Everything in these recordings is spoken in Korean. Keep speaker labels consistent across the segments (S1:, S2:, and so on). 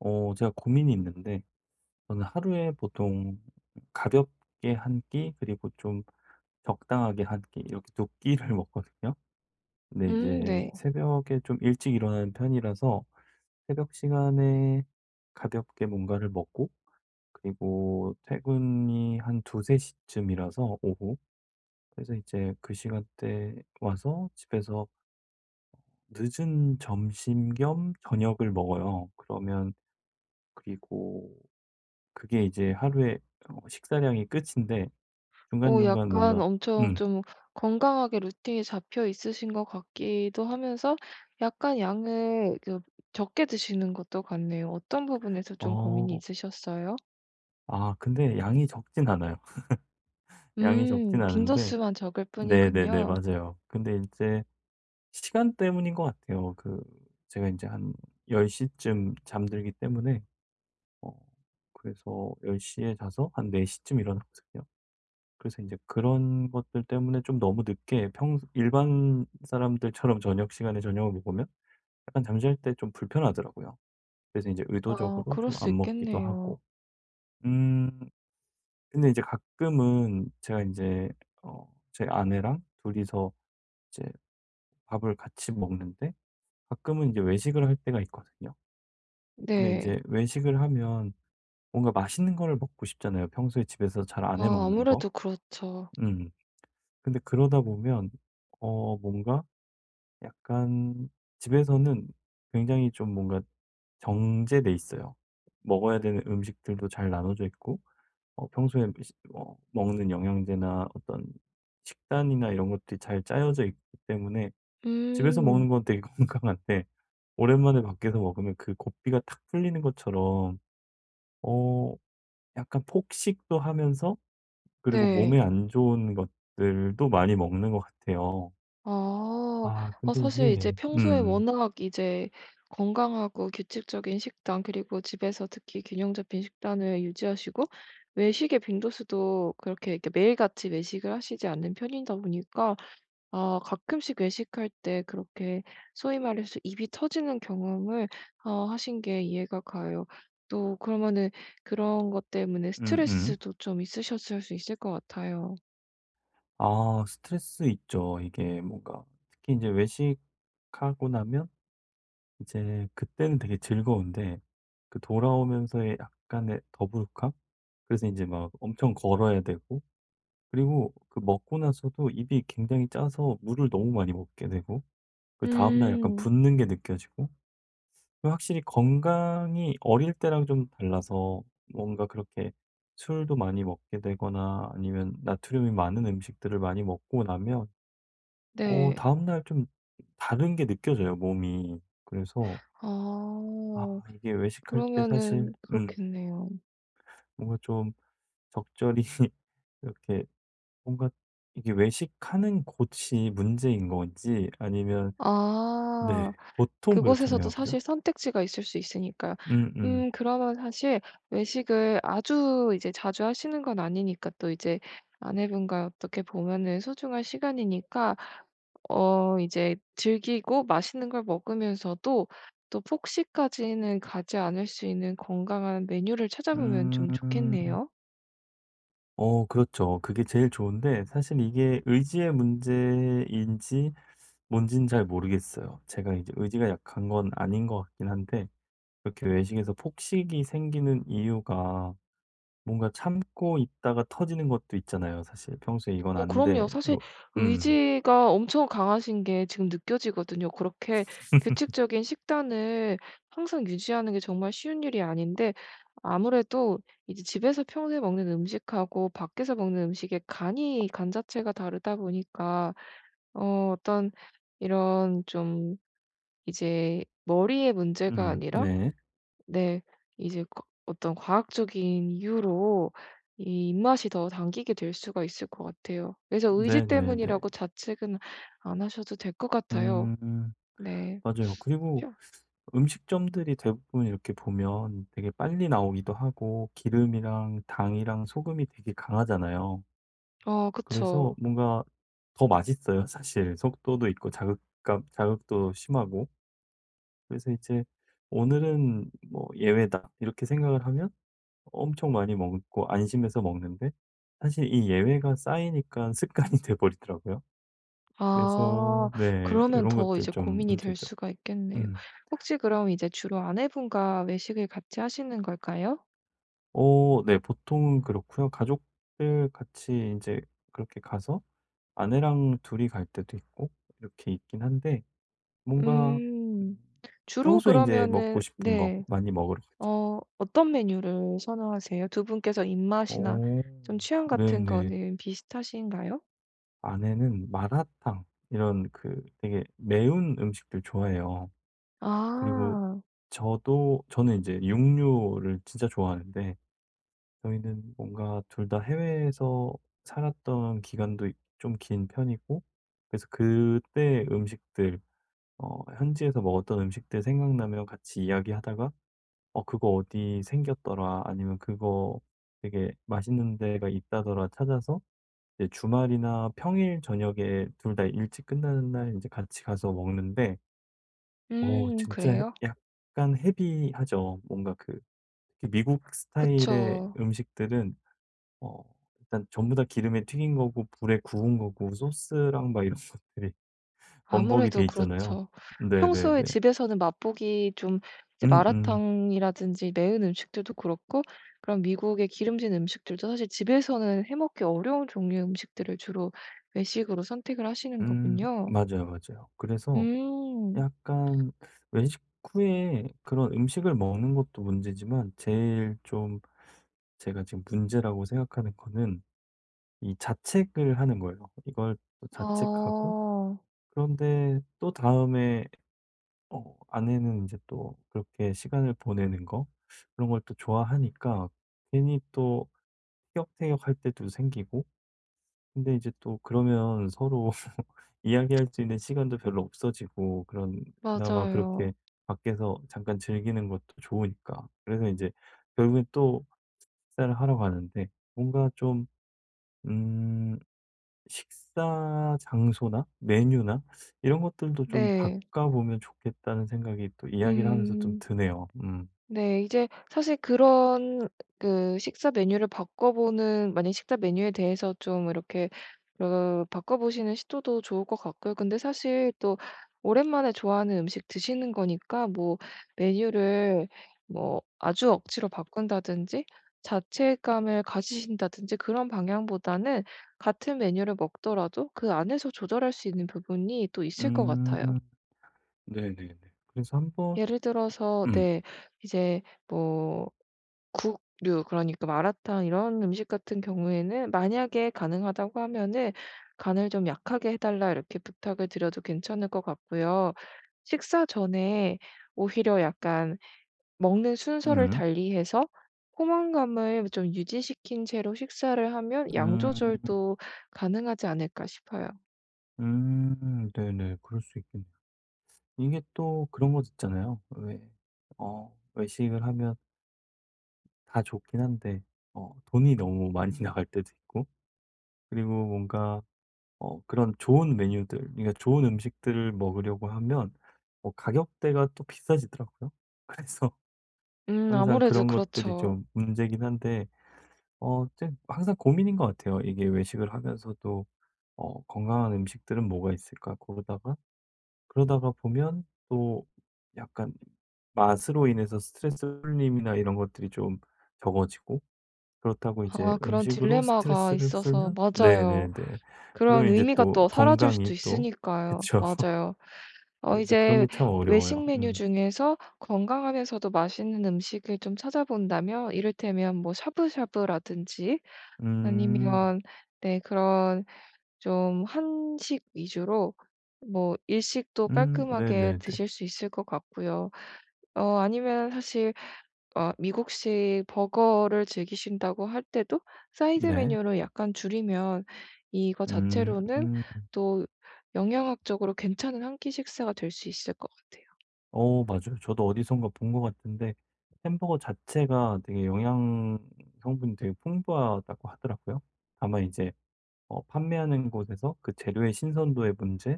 S1: 제가 고민이 있는데, 저는 하루에 보통 가볍게 한 끼, 그리고 좀 적당하게 한 끼, 이렇게 두 끼를 먹거든요. 근데 이제
S2: 네.
S1: 새벽에 좀 일찍 일어나는 편이라서 새벽 시간에 가볍게 뭔가를 먹고, 그리고 퇴근이 한 두세 시쯤이라서 오후. 그래서 이제 그 시간대 와서 집에서 늦은 점심 겸 저녁을 먹어요. 그러면, 그리고 그게 이제 하루에 식사량이 끝인데 중간중간
S2: 약간
S1: 뭔가
S2: 엄청
S1: 음.
S2: 좀 건강하게 루틴이 잡혀 있으신 것 같기도 하면서 약간 양을 적게 드시는 것도 같네요. 어떤 부분에서 좀 고민이
S1: 어.
S2: 있으셨어요?
S1: 아 근데 양이 적진 않아요. 양이 적진 않은데
S2: 빈도수만 적을
S1: 네네네.
S2: 뿐이군요.
S1: 맞아요. 근데 이제 시간 때문인 것 같아요. 그 제가 이제한 10 시쯤 잠들기 때문에 어 그래서 10 시에 자서 한 4 시쯤 일어나거든요. 그래서 이제 그런 것들 때문에 좀 너무 늦게 평 일반 사람들처럼 저녁 시간에 저녁을 먹으면 약간 잠잘 때 좀 불편하더라고요. 그래서 이제
S2: 아
S1: 의도적으로
S2: 그럴
S1: 좀
S2: 수
S1: 안 먹기도 하고.
S2: 있겠네요.
S1: 음 근데 이제 가끔은 제가 이제 제 아내랑 둘이서 이제 밥을 같이 먹는데 가끔은 이제 외식을 할 때가 있거든요. 근데 이
S2: 네.
S1: 제 외식을 하면 뭔가 맛있는 거를 먹고 싶잖아요, 평소에 집에서 잘 안 해
S2: 아
S1: 먹는 거.
S2: 아무래도 그렇죠.
S1: 음. 근데 그러다 보면 뭔가 약간 집에서는 굉장히 좀 뭔가 정제돼 있어요. 먹어야 되는 음식들도 잘 나눠져 있고 평소에 먹는 영양제나 어떤 식단이나 이런 것들이 잘 짜여져 있기 때문에 집에서
S2: 음
S1: 먹는 건 되게 건강한데 오랜만에 밖에서 먹으면 그 고삐가 탁 풀리는 것처럼 어 약간 폭식도 하면서 그리고
S2: 네.
S1: 몸에 안 좋은 것들도 많이 먹는 것 같아요.
S2: 아.
S1: 아
S2: 아
S1: 근데
S2: 사실 이제
S1: 이게
S2: 평소에 워낙 이제 건강하고 규칙적인 식단 그리고 집에서 특히 균형 잡힌 식단을 유지하시고 외식의 빈도수도 그렇게 이렇게 매일같이 외식을 하시지 않는 편이다 보니까 아 가끔씩 외식할 때 그렇게 소위 말해서 입이 터지는 경험을 아, 하신 게 이해가 가요. 또 그러면은 그런 것 때문에
S1: 음음.
S2: 스트레스도 좀 있으셨을 수 있을 것 같아요.
S1: 아 스트레스 있죠. 이게 뭔가 특히 이제 외식하고 나면 이제 그때는 되게 즐거운데 그 돌아오면서의 약간의 더부룩함? 그래서 이제 막 엄청 걸어야 되고 그리고 그 먹고 나서도 입이 굉장히 짜서 물을 너무 많이 먹게 되고 그다음 날 약간
S2: 음.
S1: 붓는 게 느껴지고 그 확실히 건강이 어릴 때랑 좀 달라서 뭔가 그렇게 술도 많이 먹게 되거나 아니면 나트륨이 많은 음식들을 많이 먹고 나면
S2: 네.
S1: 다음날 좀 다른 게 느껴져요 몸이. 그래서 아
S2: 아.
S1: 이게 외식할 때 사실
S2: 그러면은 그렇겠네요.
S1: 뭔가 좀 적절히 이렇게 뭔가 이게 외식하는 곳이 문제인 건지 아니면 네
S2: 아
S1: 보통
S2: 그곳에서도
S1: 그렇잖아요. 그죠?
S2: 사실 선택지가 있을 수 있으니까요.
S1: 음음.
S2: 그러면 사실 외식을 아주 이제 자주 하시는 건 아니니까 또 이제 아내분과 어떻게 보면은 소중한 시간이니까 어 이제 즐기고 맛있는 걸 먹으면서도 또 폭식까지는 가지 않을 수 있는 건강한 메뉴를 찾아보면
S1: 음.
S2: 좀 좋겠네요.
S1: 그렇죠. 그게 제일 좋은데 사실 이게 의지의 문제인지 뭔진 잘 모르겠어요. 제가 이제 의지가 약한 건 아닌 것 같긴 한데 이렇게 외식에서 폭식이 생기는 이유가 뭔가 참고 있다가 터지는 것도 있잖아요. 사실 평소에 이건
S2: 어
S1: 안 돼.
S2: 그럼요. 사실
S1: 뭐 음.
S2: 의지가 엄청 강하신 게 지금 느껴지거든요. 그렇게 규칙적인 식단을 항상 유지하는 게 정말 쉬운 일이 아닌데 아무래도 이제 집에서 평소에 먹는 음식하고 밖에서 먹는 음식의 간이 간 자체가 다르다 보니까 어 어떤 이런 좀 이제 머리의 문제가
S1: 음.
S2: 아니라
S1: 네.
S2: 네. 이제 거 어떤 과학적인 이유로 이 입맛이 더 당기게 될 수가 있을 것 같아요. 그래서 의지
S1: 네네네.
S2: 때문이라고 자책은 안 하셔도 될 것 같아요.
S1: 음.
S2: 네.
S1: 맞아요. 그리고
S2: 그렇
S1: 음식점들이 대부분 이렇게 보면 되게 빨리 나오기도 하고 기름이랑 당이랑 소금이 되게 강하잖아요.
S2: 어
S1: 그래서
S2: 그쵸.
S1: 뭔가 더 맛있어요, 사실. 속도도 있고 자극감 자극도 심하고. 그래서 이제 '오늘은 뭐 예외다.' 이렇게 생각을 하면 엄청 많이 먹고 안심해서 먹는데 사실 이 예외가 쌓이니까 습관이 돼 버리더라고요. 그래서
S2: 아
S1: 네 이
S2: 그러면
S1: 런
S2: 더
S1: 것들
S2: 이제
S1: 좀
S2: 고민이 될
S1: 문제죠.
S2: 수가 있겠네요.
S1: 음.
S2: 혹시 그럼 이제 주로 아내분과 외식을 같이 하시는 걸까요?
S1: 네 보통은 그렇고요. 가족들 같이 인제 그렇게 가서 아내랑 둘이 갈 때도 있고 이렇게 있긴 한데 뭔가
S2: 음.
S1: 음
S2: 주로
S1: 평소에 인제
S2: 그러면은
S1: 먹고 싶은 거
S2: 네.
S1: 많이 먹으러 가죠.
S2: 어 어떤 메뉴를 선호하세요? 두 분께서 입맛이나
S1: 어.
S2: 좀 취향 같은
S1: 네네.
S2: 거는 비슷하신가요?
S1: 아내는 마라탕 이런 그 되게 매운 음식들 좋아해요. 그리고
S2: 아.
S1: 저도 저는 이제 육류를 진짜 좋아하는데 저희는 뭔가 둘 다 해외에서 살았던 기간도 좀 긴 편이고 그래서 그때 음식들 현지에서 먹었던 음식들 생각나면 같이 이야기하다가 "어 그거 어디 생겼더라." 아니면 "그거 되게 맛있는 데가 있다더라." 찾아서 이제 주말이나 평일 저녁에 둘 다 일찍 끝나는 날 이제 같이 가서 먹는데 진짜
S2: 그래요?
S1: 약간 헤비하죠. 뭔가 그 특히 미국 스타일의
S2: 그쵸.
S1: 음식들은 어 일단 전부 다 기름에 튀긴 거고 불에 구운 거고 소스랑 막 이런 것들이 범벅이 돼
S2: 아무래도
S1: 있잖아요.
S2: 그렇죠. 평소에
S1: 네네네.
S2: 집에서는 맛보기 좀 이제
S1: 음음. 음.
S2: 마라탕이라든지 매운 음식들도 그렇고 그런 미국의 기름진 음식들도 사실 집에서는 해 먹기 어려운 종류의 음식들을 주로 외식으로 선택을 하시는 거군요.
S1: 맞아요, 맞아요. 그래서
S2: 음.
S1: 약간 외식 후에 그런 음식을 먹는 것도 문제지만 제일 좀 제가 지금 문제라고 생각하는 거는 이 자책을 하는 거예요. 이걸 또
S2: 아
S1: 자책하고 그런데 또 다음에 아내는 이제 또 그렇게 시간을 보내는 거 그런 걸 또 좋아하니까 괜히 또 티격태격할 때도 생기고 근데 이제 또 그러면 서로 이야기할 수 있는 시간도 별로 없어지고 그런 그나마 그렇게
S2: 맞아요.
S1: 밖에서 잠깐 즐기는 것도 좋으니까. 그래서 이제 결국엔 또 식사를 하러 가는데 뭔가 좀음 식사 장소나 메뉴나 이런 것들도 좀
S2: 네.
S1: 바꿔보면 좋겠다는 생각이 또 이야기를 하면서 좀
S2: 음.
S1: 드네요. 음.
S2: 네. 이제 사실 그런 그 식사 메뉴를 바꿔보는 만약 식사 메뉴에 대해서 좀 이렇게 어, 바꿔보시는 시도도 좋을 것 같고요. 근데 사실 또 오랜만에 좋아하는 음식 드시는 거니까 뭐 메뉴를 뭐 아주 억지로 바꾼다든지 자책감을 가지신다든지 그런 방향보다는 같은 메뉴를 먹더라도 그 안에서 조절할 수 있는 부분이 또 있을 것 같아요.
S1: 음. 네네네. 그래서 한번
S2: 예를 들어서
S1: 음.
S2: 네 이제 뭐 국류 그러니까 마라탕 이런 음식 같은 경우에는 만약에 가능하다고 하면은 "간을 좀 약하게 해 달라." 이렇게 부탁을 드려도 괜찮을 것 같고요. 식사 전에 오히려 약간 먹는 순서를
S1: 음.
S2: 달리해서 포만감을 좀 유지시킨 채로 식사를 하면 양
S1: 음.
S2: 조절도 가능하지 않을까 싶어요.
S1: 음. 네네. 그럴 수 있겠네요. 이게 또 그런 것 있잖아요. 왜 외식을 하면 다 좋긴 한데 돈이 너무 많이 나갈 때도 있고 그리고 뭔가 그런 좋은 메뉴들 그러니까 좋은 음식들을 먹으려고 하면 뭐 가격대가 또 비싸지더라고요. 그래서 항상
S2: 아무래도
S1: 그런 것들이
S2: 그렇죠.
S1: 좀 문제긴 한데 제 항상 고민인 것 같아요. 이게 외식을 하면서도 건강한 음식들은 뭐가 있을까 그러다가 보면 또 약간 맛으로 인해서 스트레스 풀림이나 이런 것들이 좀 적어지고 그렇다고 이제
S2: 아 그런
S1: 음식으로
S2: 딜레마가
S1: 스트레스를
S2: 있어서
S1: 풀면
S2: 맞아요.
S1: 네네네.
S2: 그런
S1: 그러면 이제
S2: 의미가
S1: 또
S2: 또 사라질
S1: 건강이
S2: 수도
S1: 또
S2: 있으니까요.
S1: 그쵸.
S2: 맞아요. 어
S1: 그래서 그런 게
S2: 이제
S1: 참
S2: 외식
S1: 어려워요.
S2: 메뉴
S1: 음.
S2: 중에서 건강하면서도 맛있는 음식을 좀 찾아본다면 이를테면 뭐 샤브샤브라든지
S1: 음.
S2: 아니면 네 그런 좀 한식 위주로 뭐 일식도 깔끔하게
S1: 네네네.
S2: 드실 수 있을 것 같고요. 어 아니면 사실 어 미국식 버거를 즐기신다고 할 때도 사이드
S1: 네.
S2: 메뉴를 약간 줄이면 이거
S1: 음.
S2: 자체로는 또 영양학적으로 괜찮은 한 끼 식사가 될 수 있을 것 같아요.
S1: 맞아요. 저도 어디선가 본 것 같은데 햄버거 자체가 되게 영양 성분이 되게 풍부하다고 하더라고요. 다만 이제 판매하는 곳에서 그 재료의 신선도의 문제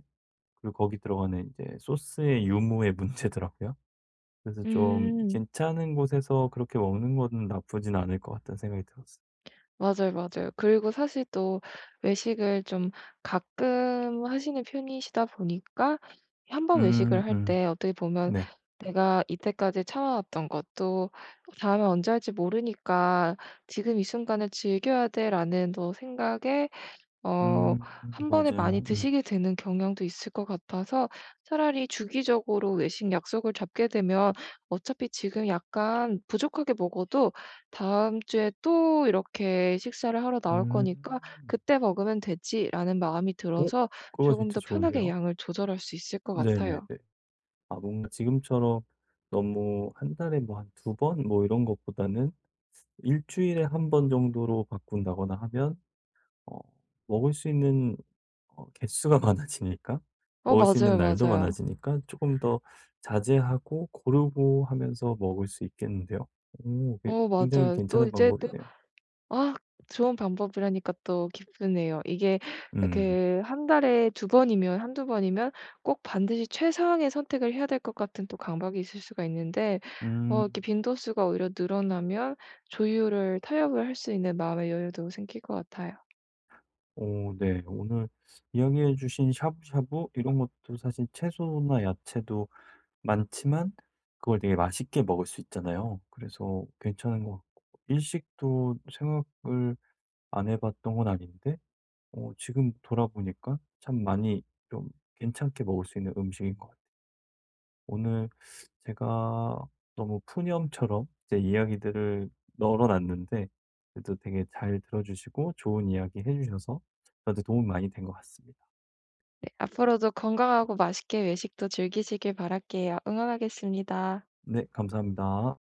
S1: 그리고 거기 들어가는 이제 소스의 유무의 문제더라고요. 그래서 좀
S2: 음.
S1: 괜찮은 곳에서 그렇게 먹는 건 나쁘진 않을 것 같다는 생각이 들었어요.
S2: 맞아요, 맞아요. 그리고 사실 또 외식을 좀 가끔 하시는 편이시다 보니까 한 번
S1: 음
S2: 외식을 할
S1: 음.
S2: 때 어떻게 보면
S1: 네.
S2: 내가 이때까지 참아왔던 것도 '다음에 언제 할지 모르니까 지금 이 순간을 즐겨야 돼.'라는 또 생각에 어
S1: 음
S2: 한 번에 많이
S1: 맞아요. 음.
S2: 드시게 되는 경향도 있을 것 같아서 차라리 주기적으로 외식 약속을 잡게 되면 어차피 지금 약간 부족하게 먹어도 다음 주에 또 이렇게 식사를 하러 나올 거니까
S1: 음.
S2: '그때 먹으면 되지.'라는 마음이
S1: 오,
S2: 들어서
S1: 그거
S2: 조금
S1: 진짜
S2: 더 편하게
S1: 좋은데요?
S2: 양을 조절할 수 있을 것
S1: 네네네.
S2: 같아요.
S1: 아 뭔가 지금처럼 너무 한 달에 뭐 한 두 번 뭐 이런 것보다는 일 주일에 한 번 정도로 바꾼다거나 하면 어 먹을 수 있는 개수가 많아지니까
S2: 어
S1: 먹을 수 있는
S2: 맞아요,
S1: 날도
S2: 맞아요.
S1: 많아지니까 조금 더 자제하고 고르고 하면서 먹을 수 있겠는데요. 오
S2: 어
S1: 굉장히
S2: 맞아요. 또
S1: 괜찮은
S2: 이제 또
S1: 방법이네요.
S2: 아 좋은 방법이라니까 또 기쁘네요. 이게
S1: 음.
S2: 그 한 달에 두 번이면 한두 번이면 꼭 반드시 최상의 선택을 해야 될 것 같은 또 강박이 있을 수가 있는데 어 이렇게
S1: 음.
S2: 빈도수가 오히려 늘어나면 조율을 타협을 할 수 있는 마음의 여유도 생길 것 같아요.
S1: 오 네. 오늘 이야기해 주신 샤브샤브 이런 것도 사실 채소나 야채도 많지만 그걸 되게 맛있게 먹을 수 있잖아요. 그래서 괜찮은 것 같고 일식도 생각을 안 해 봤던 건 아닌데 지금 돌아보니까 참 많이 좀 괜찮게 먹을 수 있는 음식인 것 같아요. 오늘 제가 너무 푸념처럼 제 이야기들을 널어 놨는데 그래도 되게 잘 들어 주시고 좋은 이야기 해 주셔서 저한테 도움 많이 된 것 같습니다.
S2: 네 앞으로도 건강하고 맛있게 외식도 즐기시길 바랄게요. 응원하겠습니다.
S1: 네, 감사합니다.